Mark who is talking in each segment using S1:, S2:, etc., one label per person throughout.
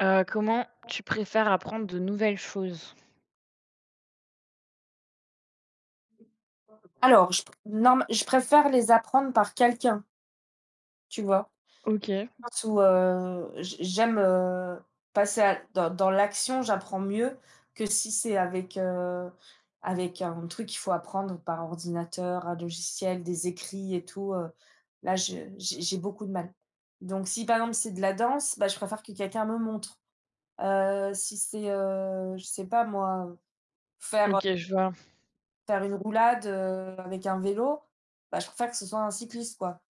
S1: Comment tu préfères apprendre de nouvelles choses?
S2: Alors, je p norm je préfère les apprendre par quelqu'un, tu vois?
S1: OK.
S2: Dans le sens où, j'aime, passer à dans dans l'action, j'apprends mieux que si c'est avec un truc qu'il faut apprendre par ordinateur, un logiciel, des écrits et tout, là, je j'ai beaucoup de mal. Donc si, par exemple, c'est de la danse, bah, je préfère que quelqu'un me montre. Si c'est, je sais pas moi, faire, euh,
S1: OK, je vois.
S2: faire une roulade, avec un vélo, bah, je préfère que ce soit un cycliste, quoi.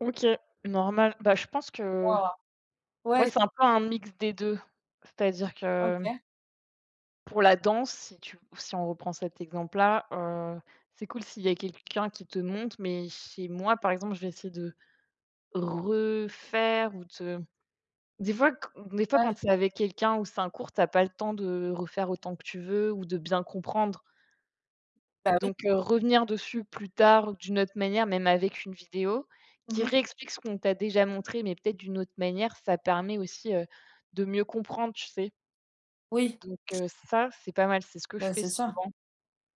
S1: OK, normal. Bah, je pense que
S2: Waouh!
S1: moi,
S2: Ouais,
S1: c'est un peu un mix des 2. C'est-à-dire que
S2: OK.
S1: pour la danse, si on reprend cet exemple-là, c'est cool s'il y a quelqu'un qui te montre, mais chez moi, par exemple, je vais essayer de refaire ou de des fois q des fois,
S2: Ouais.
S1: quand c'est avec quelqu'un ou c'est un cours, t'as pas le temps de refaire autant que tu veux ou de bien comprendre.
S2: Bah oui.
S1: Donc revenir dessus plus tard d'une autre manière, même avec une vidéo
S2: Mmh
S1: qui
S2: mh.
S1: réexplique ce qu'on t'a déjà montré, mais peut-être d'une autre manière, ça permet aussi, de mieux comprendre, tu sais?
S2: Oui,
S1: Donc ça, c'est pas mal, c'est ce que je
S2: bah,
S1: fais
S2: c'est ça.
S1: souvent.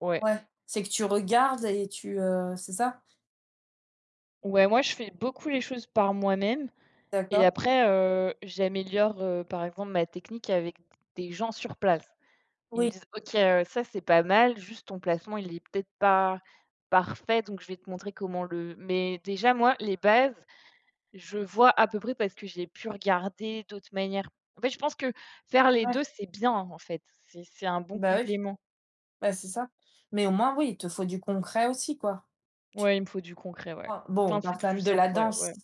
S1: Ouais.
S2: Ouais. C'est que tu regardes et c'est ça?
S1: Ouais, moi, je fais beaucoup les choses par moi-même et
S2: D'accord.
S1: après, j'améliore, par exemple, ma technique avec des gens sur place. Ils me
S2: Oui.
S1: disent: «OK, ça, c'est pas mal, juste ton placement, il est peut-être pas parfait, donc je vais te montrer comment le», mais déjà, moi, les bases, je vois à peu près parce que j'ai pu regarder d'autres manières. En fait, je pense que faire les
S2: Ouais.
S1: 2 c'est bien, en fait. C'est un bon
S2: Bah, oui.
S1: complément.
S2: Bah, c'est ça. Mais au moins, oui, il te faut du concret aussi, quoi. Tu
S1: Ouais, il me faut du concret, ouais.
S2: vois? Bon, on
S1: Enfin,
S2: parle
S1: c'est
S2: quand
S1: plus
S2: même de
S1: simple,
S2: la
S1: ouais,
S2: danse.
S1: ouais.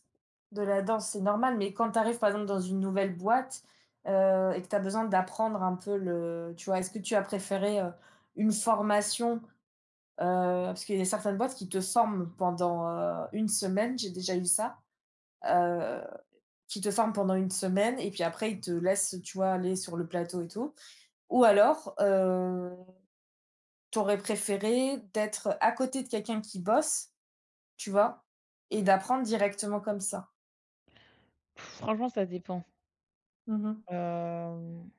S2: De la danse, c'est normal, mais quand tu arrives, par exemple, dans une nouvelle boîte, et que tu as besoin d'apprendre un peu le tu vois? Est-ce que tu as préféré, une formation, heu parce qu'il y a certaines boîtes qui te forment pendant, une semaine, j'ai déjà eu ça. heu, qui te forment pendant une semaine et puis après ils te laissent, tu vois, aller sur le plateau et tout. Ou alors, tu préféré d'être à côté de quelqu'un qui bosse, tu vois? Et d'apprendre directement comme ça?
S1: Franchement, ça dépend.
S2: Mmh.
S1: Hem,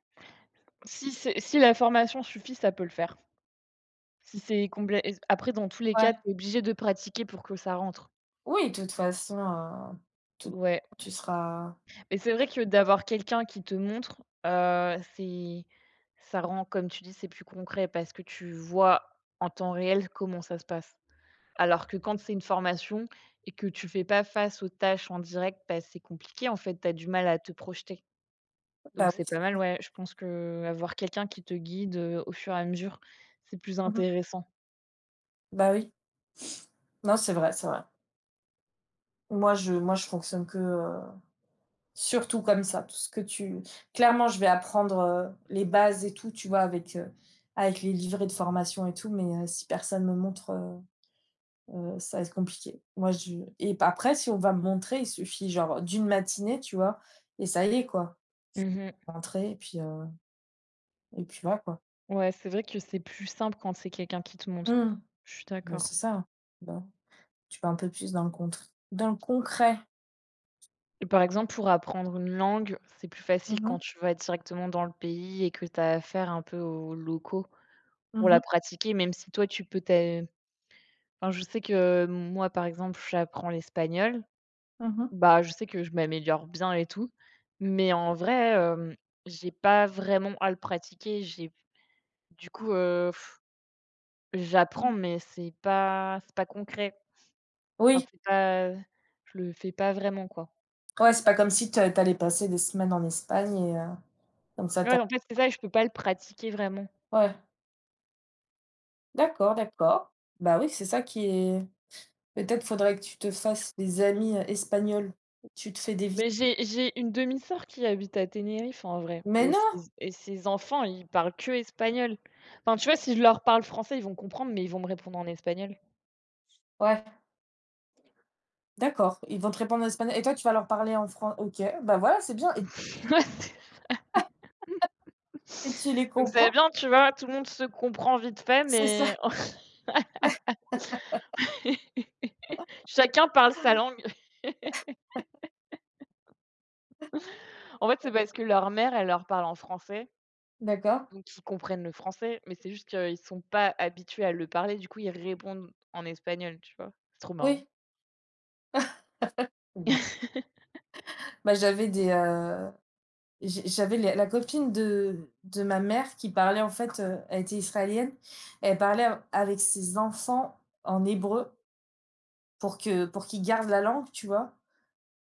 S1: si la formation suffit, ça peut le faire. Si c'est complet après, dans tous les cas,
S2: Ouais.
S1: tu es obligé de pratiquer pour que ça rentre.
S2: Oui, de toute façon, toute
S1: Ouais,
S2: tu seras
S1: mais c'est vrai que d'avoir quelqu'un qui te montre, c'est ça rend, comme tu dis, c'est plus concret parce que tu vois en temps réel comment ça se passe. Alors que quand c'est une formation et que tu fais pas face aux tâches en direct, bah, c'est compliqué en fait, tu as du mal à te projeter. Donc
S2: bah oui,
S1: c'est pas
S2: c'est
S1: mal,
S2: ça.
S1: ouais, je pense que avoir quelqu'un qui te guide, au fur et à mesure, c'est plus
S2: Mmh.
S1: intéressant.
S2: Bah oui. Non, c'est vrai, c'est vrai. Moi je fonctionne que, heu. Surtout comme ça, tout ce que tu clairement, je vais apprendre, les bases et tout, tu vois? Avec les livrets de formation et tout, mais si personne me montre, ça va être compliqué. Moi, je et bah, après, si on va me montrer, il suffit genre d'une matinée, tu vois? Et ça y est, quoi,
S1: Mmh.
S2: rentrer et puis voilà, quoi.
S1: Ouais, c'est vrai que c'est plus simple quand c'est quelqu'un qui te montre.
S2: Mmh.
S1: Je suis
S2: Bah,
S1: d'accord.
S2: c'est ça. Bah, tu vas un peu plus dans le concret.
S1: Et par exemple, pour apprendre une langue, c'est plus facile
S2: Mmh
S1: quand
S2: mh.
S1: tu vas directement dans le pays et que tu as affaire un peu aux locaux pour
S2: Mmh
S1: la
S2: mh.
S1: pratiquer, même si toi tu peux t'a enfin, je sais que moi, par exemple, j'apprends l'espagnol.
S2: Mmh.
S1: Bah, je sais que je m'améliore bien et tout, mais en vrai, j'ai pas vraiment à le pratiquer. J'ai du coup, j'apprends,
S2: Mmh.
S1: mais c'est pas concret.
S2: Oui,
S1: Enfin, c'est pas je le fais pas vraiment, quoi.
S2: ouais, c'est pas comme si tu allais passer des semaines en Espagne et comme ça tu
S1: Ouais, en fait, c'est ça, je peux pas le pratiquer vraiment.
S2: ouais. D'accord, d'accord. Bah oui, c'est ça qui est peut-être faudrait que tu te fasses des amis, espagnols. Tu te fais des visites.
S1: Mais j'ai une demi-sœur qui habite à Tenerife, en vrai,
S2: Mais
S1: et
S2: non!
S1: ses enfants, ils parlent que espagnol. Enfin, tu vois, si je leur parle français, ils vont comprendre, mais ils vont me répondre en espagnol.
S2: Ouais, d'accord, ils vont te répondre en espagnol et toi, tu vas leur parler en français. OK, bah voilà, c'est bien
S1: Ouais,
S2: et
S1: c'est
S2: tu les
S1: donc c'est
S2: comprends?
S1: bien, tu vois, tout le monde se comprend vite fait,
S2: C'est ça,
S1: mais chacun parle sa langue. En fait, c'est parce que leur mère, elle leur parle en français,
S2: d'accord,
S1: donc ils comprennent le français, mais c'est juste qu'ils sont pas habitués à le parler, du coup, ils répondent en espagnol, tu vois? C'est trop marrant.
S2: oui. Bah, j'avais des, j'avais les la copine de ma mère qui parlait, en fait, elle était israélienne, elle parlait a avec ses enfants en hébreu pour qu'ils gardent la langue, tu vois?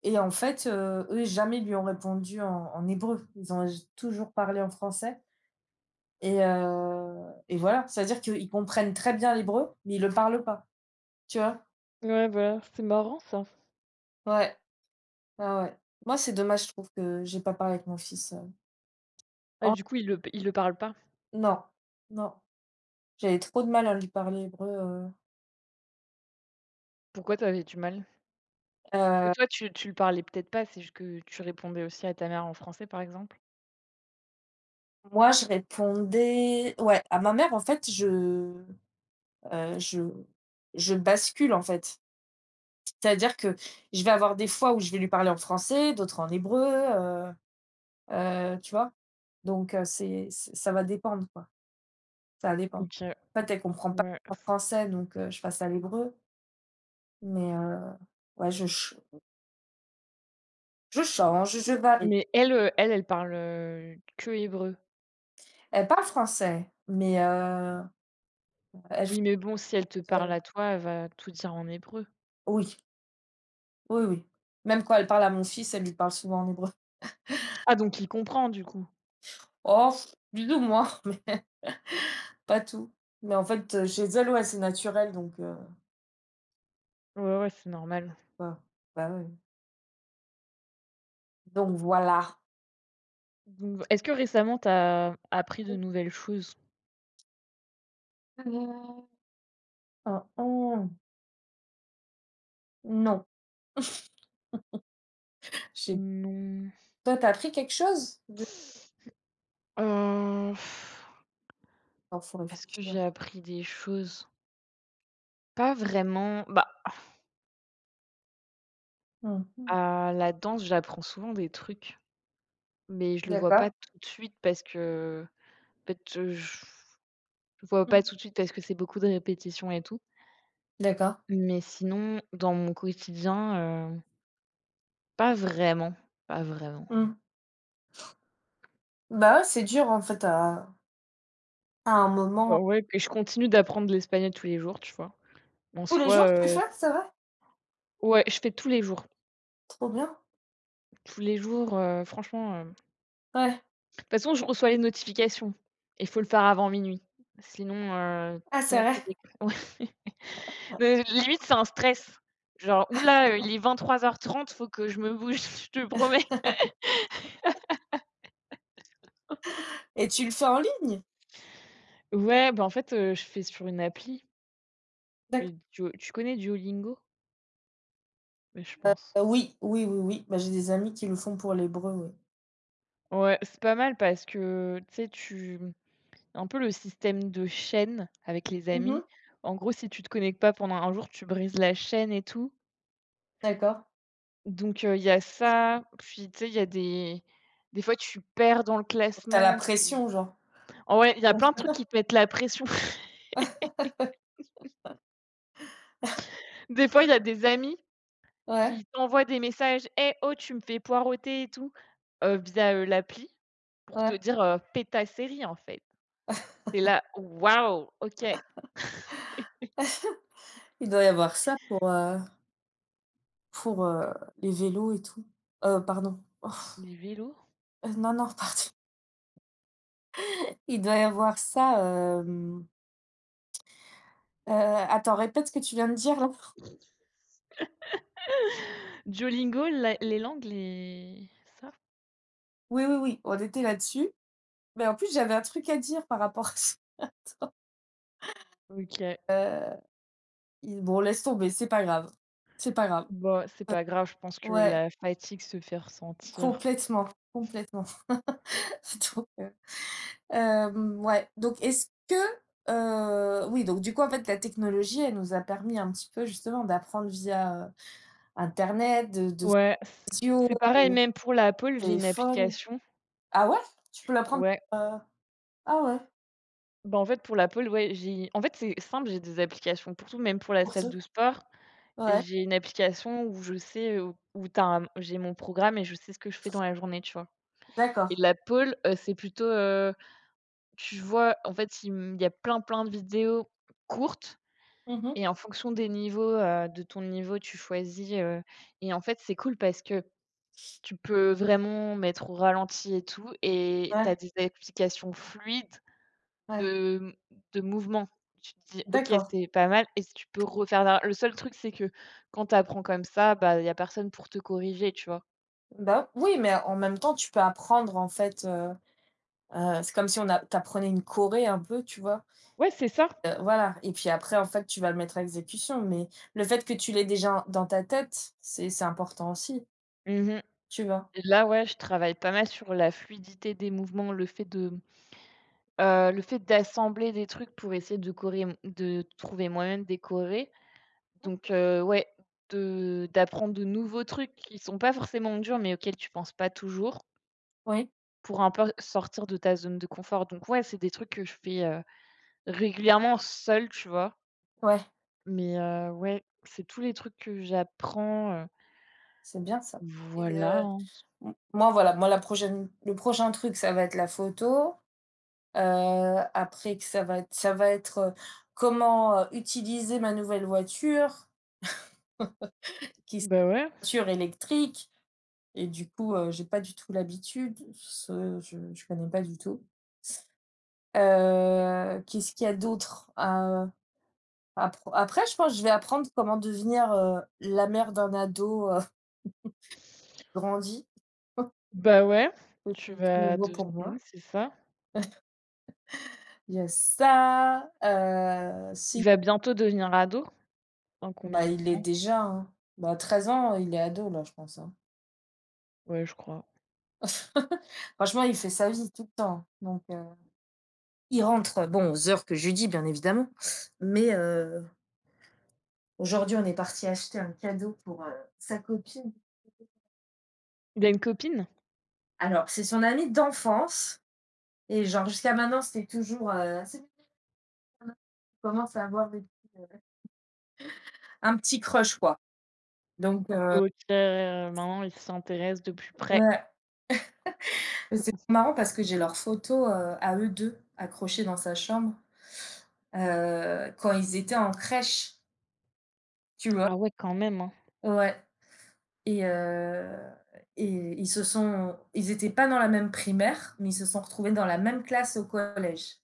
S2: Et en fait, eux, jamais lui ont répondu en hébreu. Ils ont toujours parlé en français et voilà. C'est-à-dire qu'ils comprennent très bien l'hébreu, mais ils le parlent pas, tu vois?
S1: Ouais, voilà, c'est marrant ça.
S2: Ouais. Ah ouais. Moi, c'est dommage, je trouve que j'ai pas parlé avec mon fils,
S1: Ah,
S2: en
S1: du coup, ils le parlent pas.
S2: non, non. J'avais trop de mal à lui parler hébreu,
S1: Pourquoi t'avais du mal? Et
S2: heu,
S1: toi, tu le parlais peut-être pas, c'est juste que tu répondais aussi à ta mère en français, par exemple?
S2: moi, je répondais ouais, à ma mère, en fait, heu, je je bascule, en fait. C'est-à-dire que je vais avoir des fois où je vais lui parler en français, d'autres en hébreu, tu vois? Donc c'est ça va dépendre, quoi, ça va dépendre.
S1: OK,
S2: En fait, elle comprend pas
S1: ouais.
S2: en français, donc je passe à l'hébreu, mais ouais, je change, je varie.
S1: Mais elle, elle parle, que hébreu.
S2: Elle parle français, mais elle fait,
S1: Oui, mais bon, si elle te
S2: heu.
S1: parle à toi, elle va tout dire en hébreu.
S2: Oui, oui, oui. Même quand elle parle à mon fils, elle lui parle souvent en hébreu.
S1: Ah, donc il comprend du coup?
S2: Oh, plus ou moins, mais pas tout. Mais en fait, chez elle, ouais, c'est naturel, donc
S1: Ouais, ouais, c'est normal.
S2: bah bah, oui. Donc voilà.
S1: Donc est-ce que récemment tu as appris de nouvelles choses?
S2: Mmh, hein, hein, non. J'ai
S1: Non.
S2: Toi, t'as as appris quelque chose de
S1: Heu,
S2: alors faut
S1: est-ce que
S2: réfléchir.
S1: j'ai appris des choses? Pas vraiment. Bah,
S2: Mmh.
S1: à la danse, j'apprends souvent des trucs, mais je le vois pas
S2: D'accord.
S1: tout de suite parce que, en fait, je le vois pas
S2: Mmh.
S1: tout de suite parce que c'est beaucoup de répétitions et tout.
S2: D'accord.
S1: Mais sinon, dans mon quotidien, pas vraiment, pas vraiment.
S2: Mmh. Bah ouais, c'est dur en fait à un moment.
S1: Ouais, puis je continue d'apprendre l'espagnol tous les jours, tu vois? En
S2: Tous les
S1: soi,
S2: jours tu fais? C'est vrai?
S1: ouais, je fais tous les jours.
S2: Trop bien.
S1: Tous les jours, franchement, de
S2: Ouais.
S1: toute façon, je reçois les notifications et faut le faire avant minuit. Sinon, heu,
S2: Ah c'est
S1: sinon
S2: vrai,
S1: tu ré ouais. Mais limite, c'est un stress. Genre: «Ouh là, il est 23h30, faut que je me bouge, je te promets».
S2: et tu le fais en ligne?
S1: Ouais, bah, en fait, je fais sur une appli,
S2: D'accord.
S1: et Duo tu connais Duolingo? Bah, je pense.
S2: Oui, oui, oui, oui, bah j'ai des amis qui le font pour l'hébreu, oui.
S1: Ouais, c'est pas mal parce que, tu sais, tu un peu le système de chaîne avec les amis.
S2: Mmh.
S1: En gros, si tu te connectes pas pendant un jour, tu brises la chaîne et tout.
S2: D'accord.
S1: Donc, il y a ça, puis tu sais, il y a des fois tu perds dans le
S2: Donc tu la
S1: classement. Tu
S2: pression genre?
S1: En vrai, il y a plein de trucs qui te mettent la pression. Des fois, il y a des amis
S2: Ouais,
S1: qui t'envoient des messages: «Eh oh, tu me fais poireauter et tout», via, l'appli pour te
S2: ouais.
S1: dire, «Paie ta série, en fait». Tu es là: «Waouh, OK».
S2: Il doit y avoir ça pour, heu. Pour, les vélos et tout. Pardon. Oh.
S1: Les vélos?
S2: Non, non, pardon. Il doit y avoir ça, attends, répète ce que tu viens de dire là.
S1: Duolingo, la les langues, les ça?
S2: Oui, oui, oui, on était là-dessus. Mais en plus, j'avais un truc à dire par rapport à ça.
S1: OK.
S2: Heu, il Bon, laisse tomber, c'est pas grave. C'est pas grave.
S1: Bah, c'est pas grave, je pense que
S2: Ouais,
S1: la fatigue se fait ressentir.
S2: complètement, complètement. Donc, ouais, donc est-ce que, oui, donc du coup, en fait, la technologie, elle nous a permis un petit peu justement d'apprendre via, internet, de
S1: Ouais, c
S2: visio,
S1: c'est pareil, même pour la pole, j'ai une
S2: téléphone.
S1: application.
S2: Ah ouais? Tu peux la prendre,
S1: Ouais,
S2: heu ah ouais,
S1: bah, en fait, pour la pole, ouais, j'ai en fait, c'est simple, j'ai des applications pour tout, même pour la
S2: pour
S1: salle
S2: tout?
S1: de sport.
S2: Ouais,
S1: J'ai une application où je sais, où t'as un j'ai mon programme et je sais ce que je fais dans la journée, tu vois? Et
S2: d'accord.
S1: la pole, c'est plutôt, tu vois, en fait, il y a plein, plein de vidéos courtes
S2: Mmh mh.
S1: et en fonction des niveaux, de ton niveau, tu choisis, et en fait, c'est cool parce que tu peux vraiment mettre au ralenti et tout, et tu
S2: Ouais,
S1: as des applications fluides
S2: ouais,
S1: de de mouvement. Tu te dis: «OK,
S2: d'accord.
S1: c'est pas mal», et tu peux refaire la le seul truc, c'est que quand tu apprends comme ça, bah, il y a personne pour te corriger, tu vois?
S2: Bah, oui, mais en même temps, tu peux apprendre en fait, c'est comme si on a tu apprenais une choré un peu, tu vois?
S1: Ouais, c'est ça.
S2: Voilà et puis après en fait, tu vas le mettre à exécution, mais le fait que tu l'aies déjà dans ta tête, c'est important aussi,
S1: Mmh.
S2: tu vois?
S1: Et là, ouais, je travaille pas mal sur la fluidité des mouvements, le fait d'assembler des trucs pour essayer de coré de trouver moi-même des chorés. Donc ouais, de d'apprendre de nouveaux trucs qui sont pas forcément durs, mais auxquels tu penses pas toujours,
S2: Oui,
S1: pour un peu sortir de ta zone de confort. Donc ouais, c'est des trucs que je fais, régulièrement seule, tu vois?
S2: ouais,
S1: Mais ouais, c'est tous les trucs que j'apprends,
S2: c'est bien ça. Et
S1: voilà, hein.
S2: m moi voilà, moi la prochaine le prochain truc, ça va être la photo. Après que comment, utiliser ma nouvelle voiture qui est
S1: Bah ouais.
S2: voiture électrique, et du coup, j'ai pas du tout l'habitude, ce je connais pas du tout. Qu'est-ce qu'il y a d'autre? Après je pense que je vais apprendre comment devenir, la mère d'un ado, grandi.
S1: Bah ouais,
S2: C'était
S1: tu
S2: tout tout
S1: vas
S2: nouveau
S1: devenir,
S2: pour
S1: mmh,
S2: moi.
S1: c'est ça.
S2: Il y a ça,
S1: Il
S2: si,
S1: va bientôt devenir ado. Dans combien
S2: bah,
S1: de
S2: il est
S1: temps?
S2: déjà, hein. Bah, 13 ans, il est ado là, je pense, hein.
S1: Ouais, je crois.
S2: Franchement, il fait sa vie tout le temps, donc il rentre, bon, aux heures que je lui dis, bien évidemment, mais aujourd'hui, on est parti acheter un cadeau pour, sa copine.
S1: Il a une copine?
S2: Alors, c'est son amie d'enfance et genre jusqu'à maintenant, c'était toujours, c'est bien, maintenant qu'on commence à avoir un petit crush, quoi, donc
S1: OK, maintenant il s'intéresse de plus près.
S2: ouais. Mais c'est marrant parce que j'ai leurs photos, à eux 2 accrochées dans sa chambre, quand ils étaient en crèche, tu vois?
S1: Ah ouais, quand même, hein.
S2: Ouais. Et heu et ils se sont ils étaient pas dans la même primaire, mais ils se sont retrouvés dans la même classe au collège.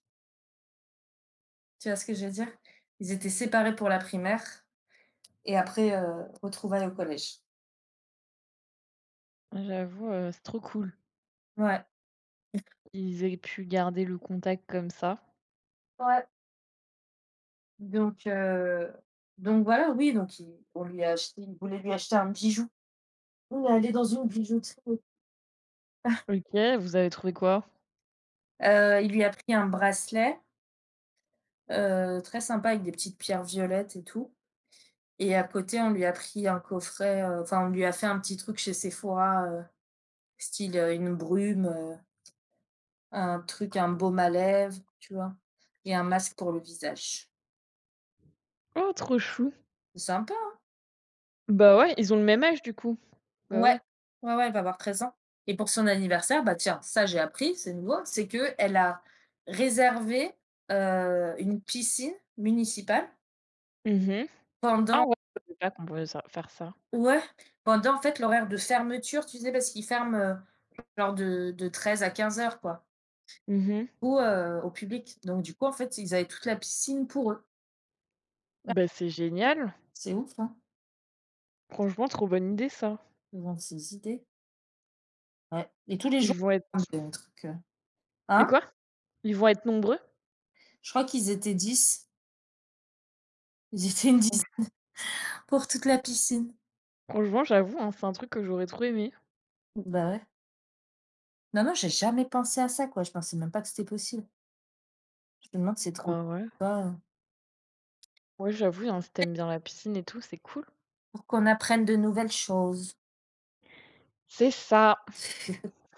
S2: Tu vois ce que je veux dire? Ils étaient séparés pour la primaire et après, retrouvailles au collège.
S1: J'avoue, c'est trop cool
S2: Ouais,
S1: qu'ils aient pu garder le contact comme ça.
S2: ouais, donc heu, donc voilà, oui, donc il on lui a acheté il voulait lui acheter un bijou. On est allé dans une bijouterie.
S1: OK, vous avez trouvé quoi?
S2: Il lui a pris un bracelet, très sympa avec des petites pierres violettes et tout. Et à côté, on lui a pris un coffret, enfin, on lui a fait un petit truc chez Sephora, style, une brume, un truc, un baume à lèvres, tu vois? Et un masque pour le visage.
S1: Oh, trop chou!
S2: C'est sympa, hein?
S1: Bah, ouais, ils ont le même âge, du coup? Bah,
S2: Ouais,
S1: ouais.
S2: ouais, ouais, elle va avoir 13 ans. Et pour son anniversaire, bah, tiens, ça j'ai appris, c'est nouveau, c'est que elle a réservé, une piscine municipale
S1: Mhm. Ah
S2: pendant.
S1: ouais, je savais pas qu'on pouvait ça faire ça.
S2: Ouais, pendant en fait l'horaire de fermeture, tu sais? Parce qu'ils ferment, genre de 13 à 15 heures, quoi.
S1: Mhm.
S2: Ou au public. Donc du coup, en fait, ils avaient toute la piscine pour eux.
S1: Bah, c'est génial!
S2: C'est ouf, hein,
S1: Franchement, trop bonne idée, ça.
S2: le vent ces idées. Ouais et tous les jours,
S1: Ils vont
S2: un
S1: être
S2: truc, heu,
S1: et
S2: hein?
S1: quoi? Ils vont être nombreux?
S2: Je crois qu'ils étaient 10. Ils étaient une
S1: Franch
S2: dizaine pour toute la piscine.
S1: franchement, j'avoue, hein, c'est un truc que j'aurais trop aimé.
S2: Bah, ouais. Non, non, j'ai jamais pensé à ça, quoi. Je pensais même pas que c'était possible. Je me demande c'est trop
S1: Bah, ouais.
S2: pas,
S1: Ouais, j'avoue, hein, si tu bien la piscine et tout, c'est cool.
S2: pour qu'on apprenne de nouvelles choses.
S1: C'est ça!